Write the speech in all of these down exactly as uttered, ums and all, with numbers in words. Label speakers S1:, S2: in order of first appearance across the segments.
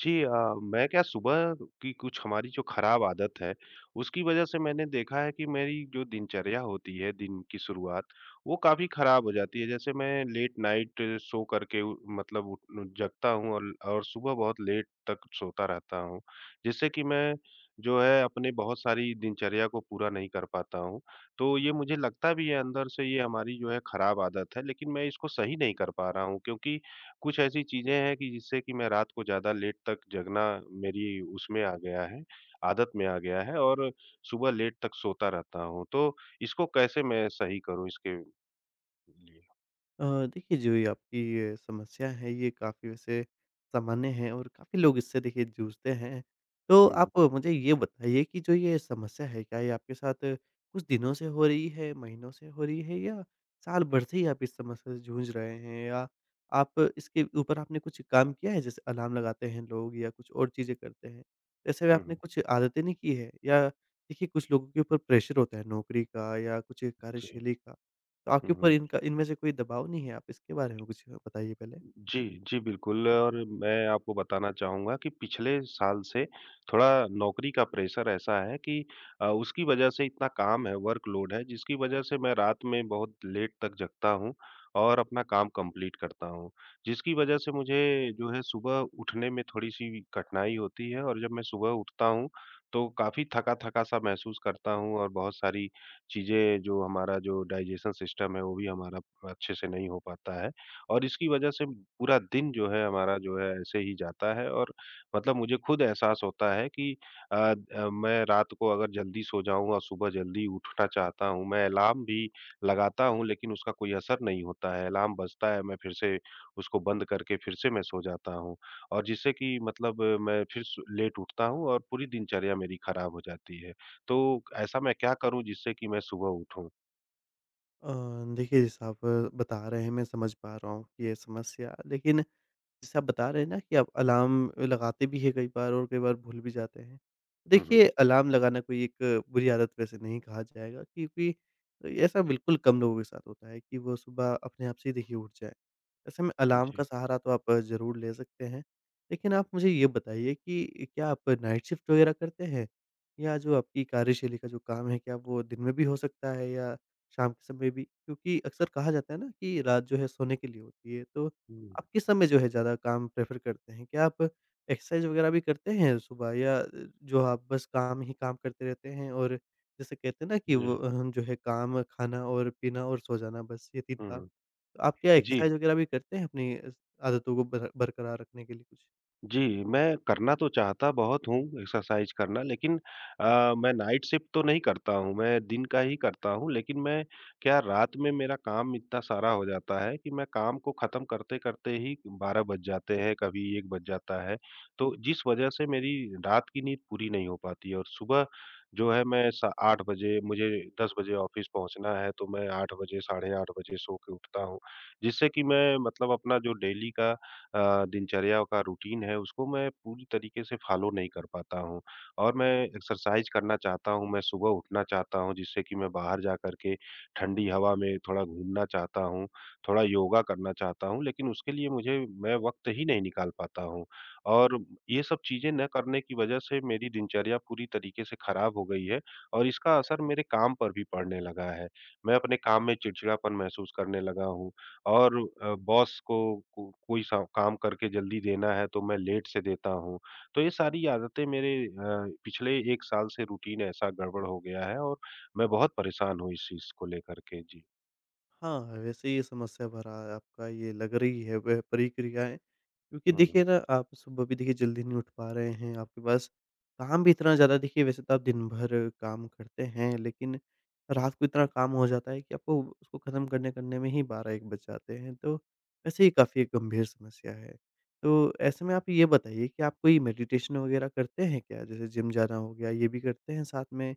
S1: जी। अ, मैं क्या सुबह की कुछ हमारी जो खराब आदत है, उसकी वजह से मैंने देखा है कि मेरी जो दिनचर्या होती है, दिन की शुरुआत, वो काफ़ी खराब हो जाती है। जैसे मैं लेट नाइट सो करके उ मतलब उठ जगता हूँ और और सुबह बहुत लेट तक सोता रहता हूँ, जिससे कि मैं जो है अपने बहुत सारी दिनचर्या को पूरा नहीं कर पाता हूँ। तो ये मुझे लगता भी है, अंदर से ये हमारी जो है खराब आदत है, लेकिन मैं इसको सही नहीं कर पा रहा हूँ क्योंकि कुछ ऐसी चीज़ें हैं कि जिससे कि मैं रात को ज़्यादा लेट तक जगना मेरी उसमें आ गया है, आदत में आ गया है और सुबह लेट तक सोता रहता हूँ। तो इसको कैसे मैं सही करूँ इसके लिए?
S2: अ, देखिए जो ये आपकी ये समस्या है ये काफ़ी वैसे सामान्य है और काफ़ी लोग इससे देखिए जूझते हैं। तो
S1: हुँ, हुँ।
S2: आप मुझे ये बताइए कि जो ये समस्या है, क्या ये आपके साथ कुछ दिनों से हो रही है, महीनों से हो रही है, या साल भर से ही आप इस समस्या से जूझ रहे हैं? या आप इसके ऊपर आपने कुछ काम किया है, जैसे अलार्म लगाते हैं लोग या कुछ और चीज़ें करते हैं? ऐसे में
S1: हुँ,
S2: आपने
S1: हुँ।
S2: कुछ आदतें नहीं की है? या देखिए, कुछ लोगों के ऊपर प्रेशर होता है नौकरी का या कुछ
S1: जी।
S2: कार्यशैली का। तो आपके
S1: हुँ,
S2: ऊपर
S1: हुँ।
S2: इनका इनमें से कोई दबाव नहीं है, आप इसके बारे में कुछ बताइए पहले?
S1: जी, जी, बिल्कुल। और मैं आपको बताना चाहूँगा कि पिछले साल से थोड़ा नौकरी का प्रेशर ऐसा है कि अ, उसकी वजह से इतना काम है, वर्कलोड है, जिसकी वजह से मैं रात में बहुत लेट तक जगता हूँ और अपना काम कंप्लीट करता हूँ। जिसकी वजह से मुझे जो है सुबह उठने में थोड़ी-सी कठिनाई होती है और जब मैं सुबह उठता हूँ, तो काफ़ी थका-थका सा महसूस करता हूँ और बहुत सारी चीज़ें जो हमारा जो डाइजेशन सिस्टम है, वो भी हमारा अच्छे से नहीं हो पाता है। और इसकी वजह से पूरा दिन जो है हमारा जो है ऐसे ही जाता है और मतलब मुझे खुद एहसास होता है कि अ, अ, मैं रात को अगर जल्दी सो जाऊँ और सुबह जल्दी उठना चाहता हूँ, मैं अलार्म भी लगाता हूँ, लेकिन उसका कोई असर नहीं होता है। अलार्म बजता है, मैं फिर से उसको बंद करके फिर से मैं सो जाता हूँ और जिससे कि मतलब अ, मैं फिर सु लेट उठता हूँ और पूरी दिनचर्या मेरी खराब हो जाती है। तो ऐसा मैं क्या करूँ जिससे कि मैं सुबह उठूँ?
S2: अ, देखिए, जैसा आप बता रहे हैं, मैं समझ पा रहा हूँ कि ये समस्या। लेकिन जैसे आप बता रहे हैं ना कि आप अलार्म लगाते भी हैं कई बार और कई बार भूल भी जाते हैं।
S1: हुँ, हुँ।
S2: देखिए, अलार्म लगाना कोई एक बुरी आदत वैसे नहीं कहा जाएगा, क्योंकि ऐसा बिल्कुल कम लोगों के साथ होता है कि वो सुबह अपने आप से ही देखिए उठ जाएँ। ऐसे में अलार्म का
S1: जी।
S2: सहारा तो आप ज़रूर ले सकते हैं। लेकिन आप मुझे ये बताइए कि क्या आप नाइट शिफ्ट वगैरह करते हैं? या जो आपकी कार्यशैली का जो काम है, क्या वो दिन में भी हो सकता है या शाम के समय भी? क्योंकि अक्सर कहा जाता है ना कि रात जो है सोने के लिए होती है। तो
S1: हुँ,
S2: आप किस समय जो है ज़्यादा काम प्रेफ़र करते हैं? क्या आप एक्सरसाइज़ वग़ैरह भी करते हैं सुबह, या अ, जो आप बस काम ही काम करते रहते हैं, और जैसे कहते हैं ना कि वो
S1: जी।
S2: हम जो है काम, खाना और पीना और सो जाना, बस ये तीन
S1: हुँ,
S2: काम।
S1: हुँ।
S2: तो आप क्या
S1: जी।
S2: एक्सरसाइज़ वग़ैरह भी करते हैं अपनी इस आदतों को बर बरकरार रखने के लिए कुछ?
S1: जी, मैं करना तो चाहता बहुत हूँ एक्सरसाइज़ करना, लेकिन अ, मैं नाइट शिफ्ट तो नहीं करता हूँ, मैं दिन का ही करता हूँ। लेकिन मैं क्या रात में मेरा काम इतना सारा हो जाता है कि मैं काम को ख़त्म करते-करते ही बारह बज जाते हैं, कभी एक बज जाता है। तो जिस वज़ह से मेरी रात की नींद पूरी नहीं हो पाती है और सुबह जो है मैं सा आठ बजे, मुझे दस बजे ऑफ़िस पहुँचना है, तो मैं आठ बजे, साढ़े आठ बजे सो के उठता हूँ। जिससे कि मैं मतलब अपना जो डेली का अ, दिनचर्या का रूटीन है, उसको मैं पूरी तरीके से फॉलो नहीं कर पाता हूँ। और मैं एक्सरसाइज़ करना चाहता हूँ, मैं सुबह उठना चाहता हूँ जिससे कि मैं बाहर जा कर के ठंडी हवा में थोड़ा घूमना चाहता हूँ, थोड़ा योगा करना चाहता हूँ, लेकिन उसके लिए मुझे मैं वक़्त ही नहीं निकाल पाता हूँ। और ये सब चीज़ें न करने की वज़ह से मेरी दिनचर्या पूरी तरीके से ख़राब हो गई है और इसका असर मेरे काम पर भी पड़ने लगा है। मैं अपने काम में चिड़चिड़ापन महसूस करने लगा हूँ और अ, बॉस को को कोई सा काम करके जल्दी देना है, तो मैं लेट से देता हूँ। तो ये सारी आदतें मेरे अ, पिछले एक साल से रूटीन ऐसा गड़बड़ हो गया है और मैं बहुत परेशान हूँ इस चीज़ को लेकर के। जी।
S2: हाँ, वैसे ये समस्या भरा है आपका, ये लग रही है वह प्रक्रियाएँ। क्योंकि
S1: हुँ, हुँ।
S2: देखिए ना, आप सुबह भी देखिए जल्दी नहीं उठ पा रहे हैं, आपके पास काम भी इतना ज़्यादा देखिए, वैसे तो आप दिन भर काम करते हैं, लेकिन रात को इतना काम हो जाता है कि आपको उसको ख़त्म करने-करने में ही बारह एक बज जाते हैं। तो वैसे ये काफ़ी एक गंभीर समस्या है। तो ऐसे में आप ये बताइए कि आप कोई मेडिटेशन वग़ैरह करते हैं क्या? जैसे जिम जाना हो गया, ये भी करते हैं साथ में?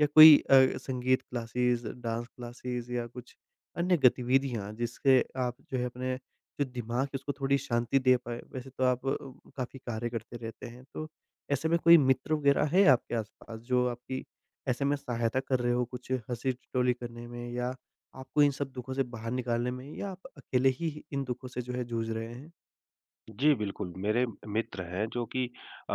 S2: या कोई अ, संगीत क्लासेस, डांस क्लासेस या कुछ अन्य गतिविधियाँ, जिससे आप जो है अपने जो दिमाग है उसको थोड़ी शांति दे पाएँ? वैसे तो आप अ, काफ़ी कार्य करते रहते हैं, तो ऐसे में कोई मित्र वगैरह है आपके आस-पास जो आपकी ऐसे में सहायता कर रहे हो, कुछ हँसी-ठिठोली करने में या आपको इन सब दुखों से बाहर निकालने में, या आप अकेले ही इन दुखों से जो है जूझ रहे हैं?
S1: जी, बिल्कुल। मेरे मित्र हैं जो कि अ,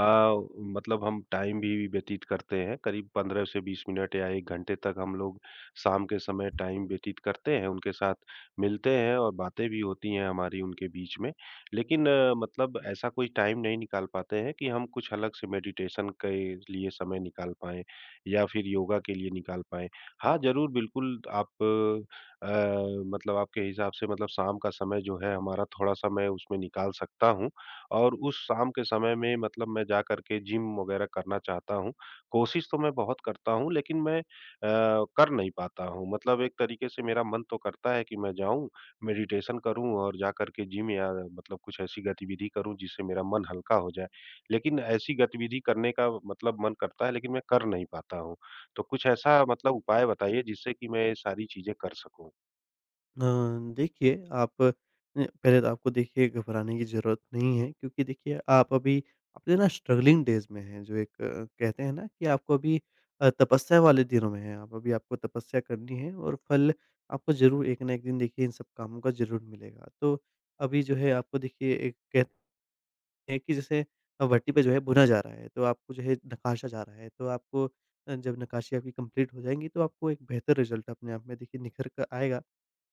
S1: मतलब हम टाइम भी व्यतीत करते हैं, करीब पंद्रह से बीस मिनट या एक घंटे तक हम लोग शाम के समय टाइम व्यतीत करते हैं, उनके साथ मिलते हैं और बातें भी होती हैं हमारी उनके बीच में। लेकिन अ, मतलब ऐसा कोई टाइम नहीं निकाल पाते हैं कि हम कुछ अलग से मेडिटेशन के लिए समय निकाल पाएँ या फिर योगा के लिए निकाल पाएँ। हाँ, ज़रूर, बिल्कुल। आप अ, मतलब आपके हिसाब से मतलब शाम का समय जो है हमारा थोड़ा-सा मैं उसमें निकाल सकता हूँ और उस शाम के समय में मतलब मैं जा कर के जिम वगैरह करना चाहता हूँ। कोशिश तो मैं बहुत करता हूँ लेकिन मैं अ, कर नहीं पाता हूँ। मतलब एक तरीके से मेरा मन तो करता है कि मैं जाऊँ, मेडिटेशन करूँ और जा कर के जिम या मतलब कुछ ऐसी गतिविधि करूँ जिससे मेरा मन हल्का हो जाए। लेकिन ऐसी गतिविधि करने का मतलब मन करता है, लेकिन मैं कर नहीं पाता हूँ। तो कुछ ऐसा मतलब उपाय बताइए जिससे कि मैं ये सारी चीज़ें कर सकूँ?
S2: अ, देखिए, आप न, पहले तो आपको देखिए घबराने की ज़रूरत नहीं है, क्योंकि देखिए आप अभी अपने ना स्ट्रगलिंग डेज़ में हैं, जो एक अ, कहते हैं ना कि आपको अभी अ, तपस्या वाले दिनों में हैं आप, अभी आपको तपस्या करनी है, और फल आपको ज़रूर एक ना एक दिन देखिए इन सब कामों का ज़रूर मिलेगा। तो अभी जो है आपको देखिए एक कह हैं कि, जैसे अ, भट्टी पे जो है भुना जा रहा है, तो आपको जो है नकाशा जा रहा है, तो आपको अ, जब नक्काशी आपकी कंप्लीट हो जाएँगी, तो आपको एक बेहतर रिज़ल्ट अपने आप में देखिए निखर कर आएगा।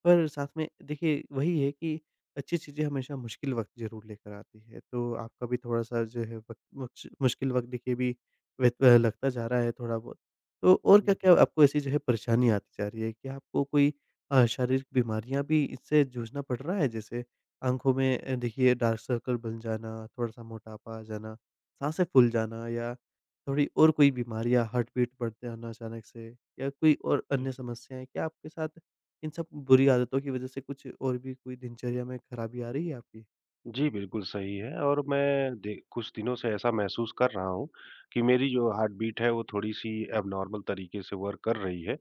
S2: पर साथ में देखिए वही है कि अच्छी चीज़ें हमेशा मुश्किल वक़्त ज़रूर लेकर आती है, तो आपका भी थोड़ा-सा जो है वक़्त मुक्श मुश्किल वक़्त देखिए भी व्यत अ, लगता जा रहा है थोड़ा बहुत। तो और क्या-क्या आपको ऐसी जो है परेशानी आती जा रही है? क्या आपको कोई अ, शारीरिक बीमारियाँ भी इससे जूझना पड़ रहा है, जैसे आँखों में अ, देखिए डार्क सर्कल बन जाना, थोड़ा-सा मोटापा आ जाना, साँसें फूल जाना, या थोड़ी और कोई बीमारी, या हार्ट बीट बढ़ जाना अचानक से, या कोई और अन्य समस्याएँ? क्या आपके साथ इन सब बुरी आदतों की वज़ह से कुछ और भी कोई दिनचर्या में खराबी आ रही है आपकी?
S1: जी, बिल्कुल सही है। और मैं दे कुछ दिनों से ऐसा महसूस कर रहा हूँ कि मेरी जो हार्ट बीट है, वो थोड़ी-सी ऐब्नॉर्मल तरीके से वर्क कर रही है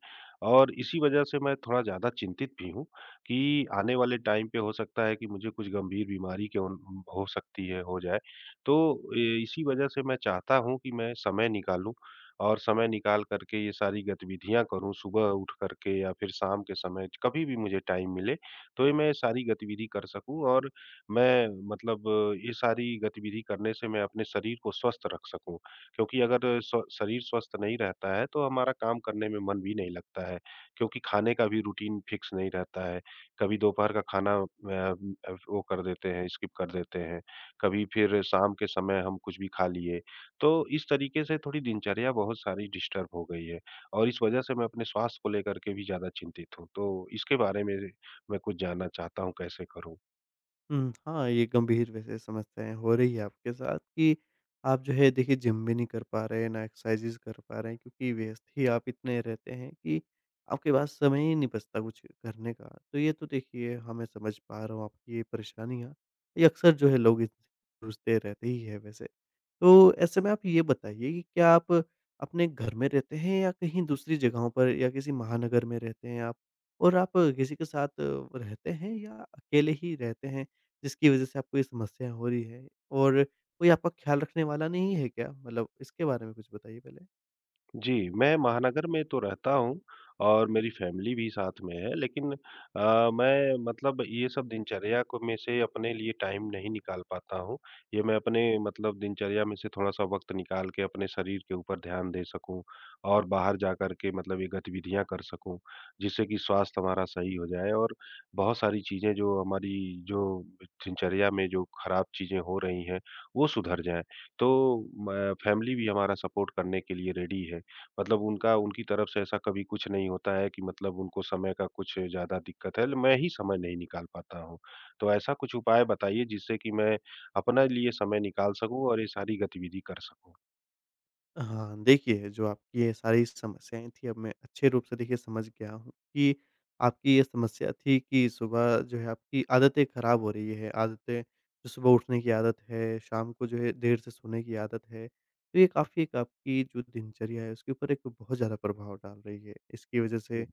S1: और इसी वजह से मैं थोड़ा ज़्यादा चिंतित भी हूँ कि आने वाले टाइम पे हो सकता है कि मुझे कुछ गंभीर बीमारी के उन हो सकती है, हो जाए। तो ए इसी वजह से मैं चाहता हूँ कि मैं समय निकालूँ और समय निकाल कर के ये सारी गतिविधियाँ करूँ, सुबह उठ कर के या फिर शाम के समय कभी भी मुझे टाइम मिले, तो ये मैं सारी गतिविधि कर सकूँ और मैं मतलब ये सारी गतिविधि करने से मैं अपने शरीर को स्वस्थ रख सकूँ। क्योंकि अगर स्व शरीर स्वस्थ नहीं रहता है, तो हमारा काम करने में मन भी नहीं लगता है। क्योंकि खाने का भी रूटीन फिक्स नहीं रहता है। कभी दोपहर का खाना अ, अ, वो कर देते हैं, स्किप कर देते हैं। कभी फिर शाम के समय हम कुछ भी खा लिए। तो इस तरीके से थोड़ी दिनचर्या बहुत सारी डिस्टर्ब हो गई है और इस वजह से मैं अपने स्वास्थ्य को लेकर के भी ज़्यादा चिंतित हूँ। तो इसके बारे में मैं कुछ जानना चाहता हूँ, कैसे करूँ?
S2: हुँ, हाँ, ये गंभीर वैसे समस्याएँ हो रही है आपके साथ कि आप जो है देखिए जिम भी नहीं कर पा रहे हैं, ना एक्सरसाइज़ेज़ कर पा रहे हैं, क्योंकि व्यस्त ही आप इतने रहते हैं कि आपके पास समय ही नहीं बचता कुछ करने का। तो ये तो देखिए, हाँ, मैं समझ पा रहा हूँ आपकी ये परेशानियाँ, ये अक्सर जो है लोग इस जूझते रहते ही है वैसे। तो ऐसे में आप ये बताइए कि क्या आप अपने घर में रहते हैं, या कहीं दूसरी जगहों पर, या किसी महानगर में रहते हैं आप? और आप किसी के साथ रहते हैं या अकेले ही रहते हैं, जिसकी वज़ह से आपको ये समस्या हो रही है? और कोई आपका ख़्याल रखने वाला नहीं है क्या? मतलब इसके बारे में कुछ बताइए पहले।
S1: जी, मैं महानगर में तो रहता हूँ और मेरी फैमिली भी साथ में है, लेकिन अ, मैं मतलब ये सब दिनचर्या को में से अपने लिए टाइम नहीं निकाल पाता हूँ। ये मैं अपने मतलब दिनचर्या में से थोड़ा-सा वक़्त निकाल के अपने शरीर के ऊपर ध्यान दे सकूँ और बाहर जाकर के मतलब ये गतिविधियाँ कर सकूँ, जिससे कि स्वास्थ्य हमारा सही हो जाए और बहुत सारी चीज़ें जो हमारी जो दिनचर्या में जो खराब चीज़ें हो रही हैं, वो सुधर जाएँ। तो मैं फैमिली भी हमारा सपोर्ट करने के लिए रेडी है। मतलब उनका उनकी तरफ से ऐसा कभी कुछ नहीं होता है कि मतलब उनको समय का कुछ ज़्यादा दिक्कत है, मैं ही समय नहीं निकाल पाता हूँ। तो ऐसा कुछ उपाय बताइए जिससे कि मैं अपने लिए समय निकाल सकूँ और ये सारी गतिविधि कर सकूँ?
S2: हाँ, देखिए, जो आपकी ये सारी समस्याएँ थी, अब मैं अच्छे रूप से देखिए समझ गया हूँ कि आपकी ये समस्या थी कि सुबह जो है आपकी आदतें ख़राब हो रही है। आदतें, जो सुबह उठने की आदत है, शाम को जो है देर से सोने की आदत है। तो ये काफ़ी एक आपकी जो दिनचर्या है, उसके ऊपर एक बहुत ज़्यादा प्रभाव डाल रही है। इसकी वज़ह
S1: हुँ,
S2: से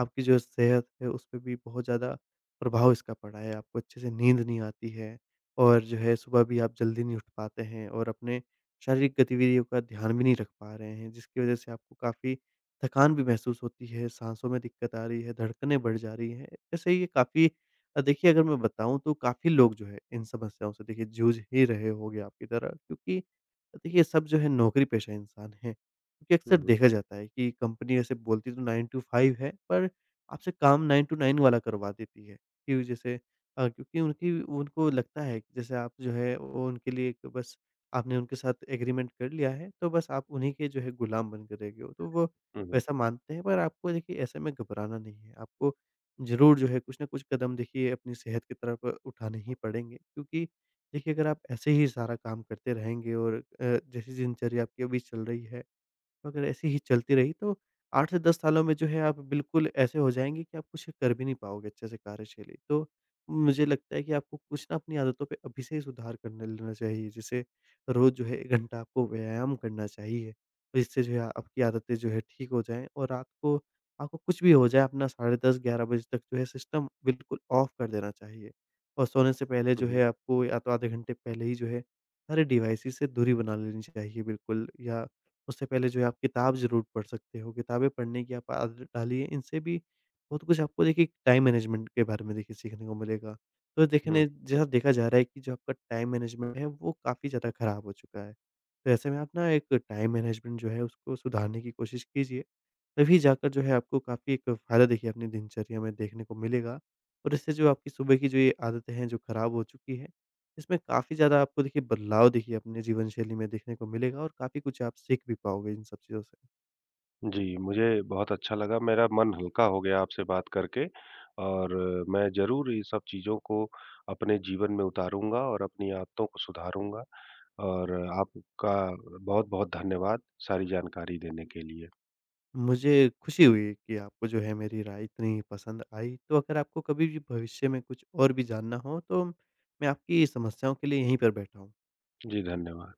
S2: आपकी जो सेहत है, उस पे भी बहुत ज़्यादा प्रभाव इसका पड़ा है। आपको अच्छे से नींद नहीं आती है, और जो है सुबह भी आप जल्दी नहीं उठ पाते हैं, और अपने शारीरिक गतिविधियों का ध्यान भी नहीं रख पा रहे हैं, जिसकी वजह से आपको काफ़ी थकान भी महसूस होती है, साँसों में दिक्कत आ रही है, धड़कनें बढ़ जा रही हैं। ऐसे ही काफ़ी अ, देखिए, अगर मैं बताऊँ तो काफ़ी लोग जो है इन समस्याओं से देखिए जूझ ही रहे होंगे आपकी तरह, क्योंकि देखिए सब जो है नौकरी-पेशा इंसान हैं। क्योंकि
S1: हुँ,
S2: अक्सर
S1: हुँ,
S2: देखा जाता है कि कंपनी वैसे बोलती तो नाइन टू फ़ाइव है, पर आपसे काम नाइन टू नाइन वाला करवा देती है कि, जैसे अ, क्योंकि उनकी उनको लगता है कि, जैसे आप जो है वो उनके लिए एक बस, आपने उनके साथ एग्रीमेंट कर लिया है, तो बस आप उन्हीं के जो है गुलाम बन के रह गए हो। तो वो
S1: हुँ, हुँ,
S2: वैसा मानते हैं, पर आपको देखिए ऐसे में घबराना नहीं है। आपको ज़रूर जो है कुछ न कुछ कदम देखिए अपनी सेहत की तरफ उठाने ही पड़ेंगे, क्योंकि देखिए, अगर आप ऐसे ही सारा काम करते रहेंगे और अ, जैसी दिनचर्या आपकी अभी चल रही है, अगर ऐसे ही चलती रही, तो आठ से दस सालों में जो है आप बिल्कुल ऐसे हो जाएँगे कि आप कुछ कर भी नहीं पाओगे अच्छे से कार्यशैली। तो मुझे लगता है कि आपको कुछ ना अपनी आदतों पे अभी से ही सुधार करने लेना चाहिए। जैसे, रोज़ जो है एक घंटा आपको व्यायाम करना चाहिए। तो इससे जो है आपकी आदतें जो है ठीक हो जाएँ, और रात को आपको कुछ भी हो जाए, अपना साढ़े दस ग्यारह बजे तक जो है सिस्टम बिल्कुल ऑफ कर देना चाहिए। और सोने से पहले
S1: हुँ,
S2: जो
S1: हुँ,
S2: है आपको, या तो आधे घंटे पहले ही जो है सारे डिवाइसेज़ से दूरी बना लेनी चाहिए बिल्कुल, या उससे पहले जो है आप किताब ज़रूर पढ़ सकते हो। किताबें पढ़ने की आप आदत डालिए, इनसे भी बहुत कुछ आपको देखिए टाइम मैनेजमेंट के बारे में देखिए सीखने को मिलेगा। तो
S1: हुँ।
S2: देखने, जैसा देखा जा रहा है कि जो आपका टाइम मैनेजमेंट है, वो काफ़ी ज़्यादा खराब हो चुका है। तो ऐसे में आप ना एक टाइम मैनेजमेंट जो है, उसको सुधारने की कोशिश कीजिए। तभी जाकर जो है आपको काफ़ी एक फ़ायदा देखिए अपनी दिनचर्या में देखने को मिलेगा, और इससे जो आपकी सुबह की जो ये आदतें हैं, जो ख़राब हो चुकी है, इसमें काफ़ी ज़्यादा आपको देखिए बदलाव देखिए अपने जीवन शैली में देखने को मिलेगा, और काफ़ी कुछ आप सीख भी पाओगे इन सब चीज़ों से।
S1: जी, मुझे बहुत अच्छा लगा, मेरा मन हल्का हो गया आपसे बात करके। और मैं ज़रूर ये सब चीज़ों को अपने जीवन में उतारूँगा और अपनी आदतों को सुधारूँगा। और आपका बहुत-बहुत धन्यवाद सारी जानकारी देने के लिए।
S2: मुझे खुशी हुई कि आपको जो है मेरी राय इतनी पसंद आई, तो अगर आपको कभी भी भविष्य में कुछ और भी जानना हो, तो मैं आपकी समस्याओं के लिए यहीं पर बैठा हूँ।
S1: जी, धन्यवाद।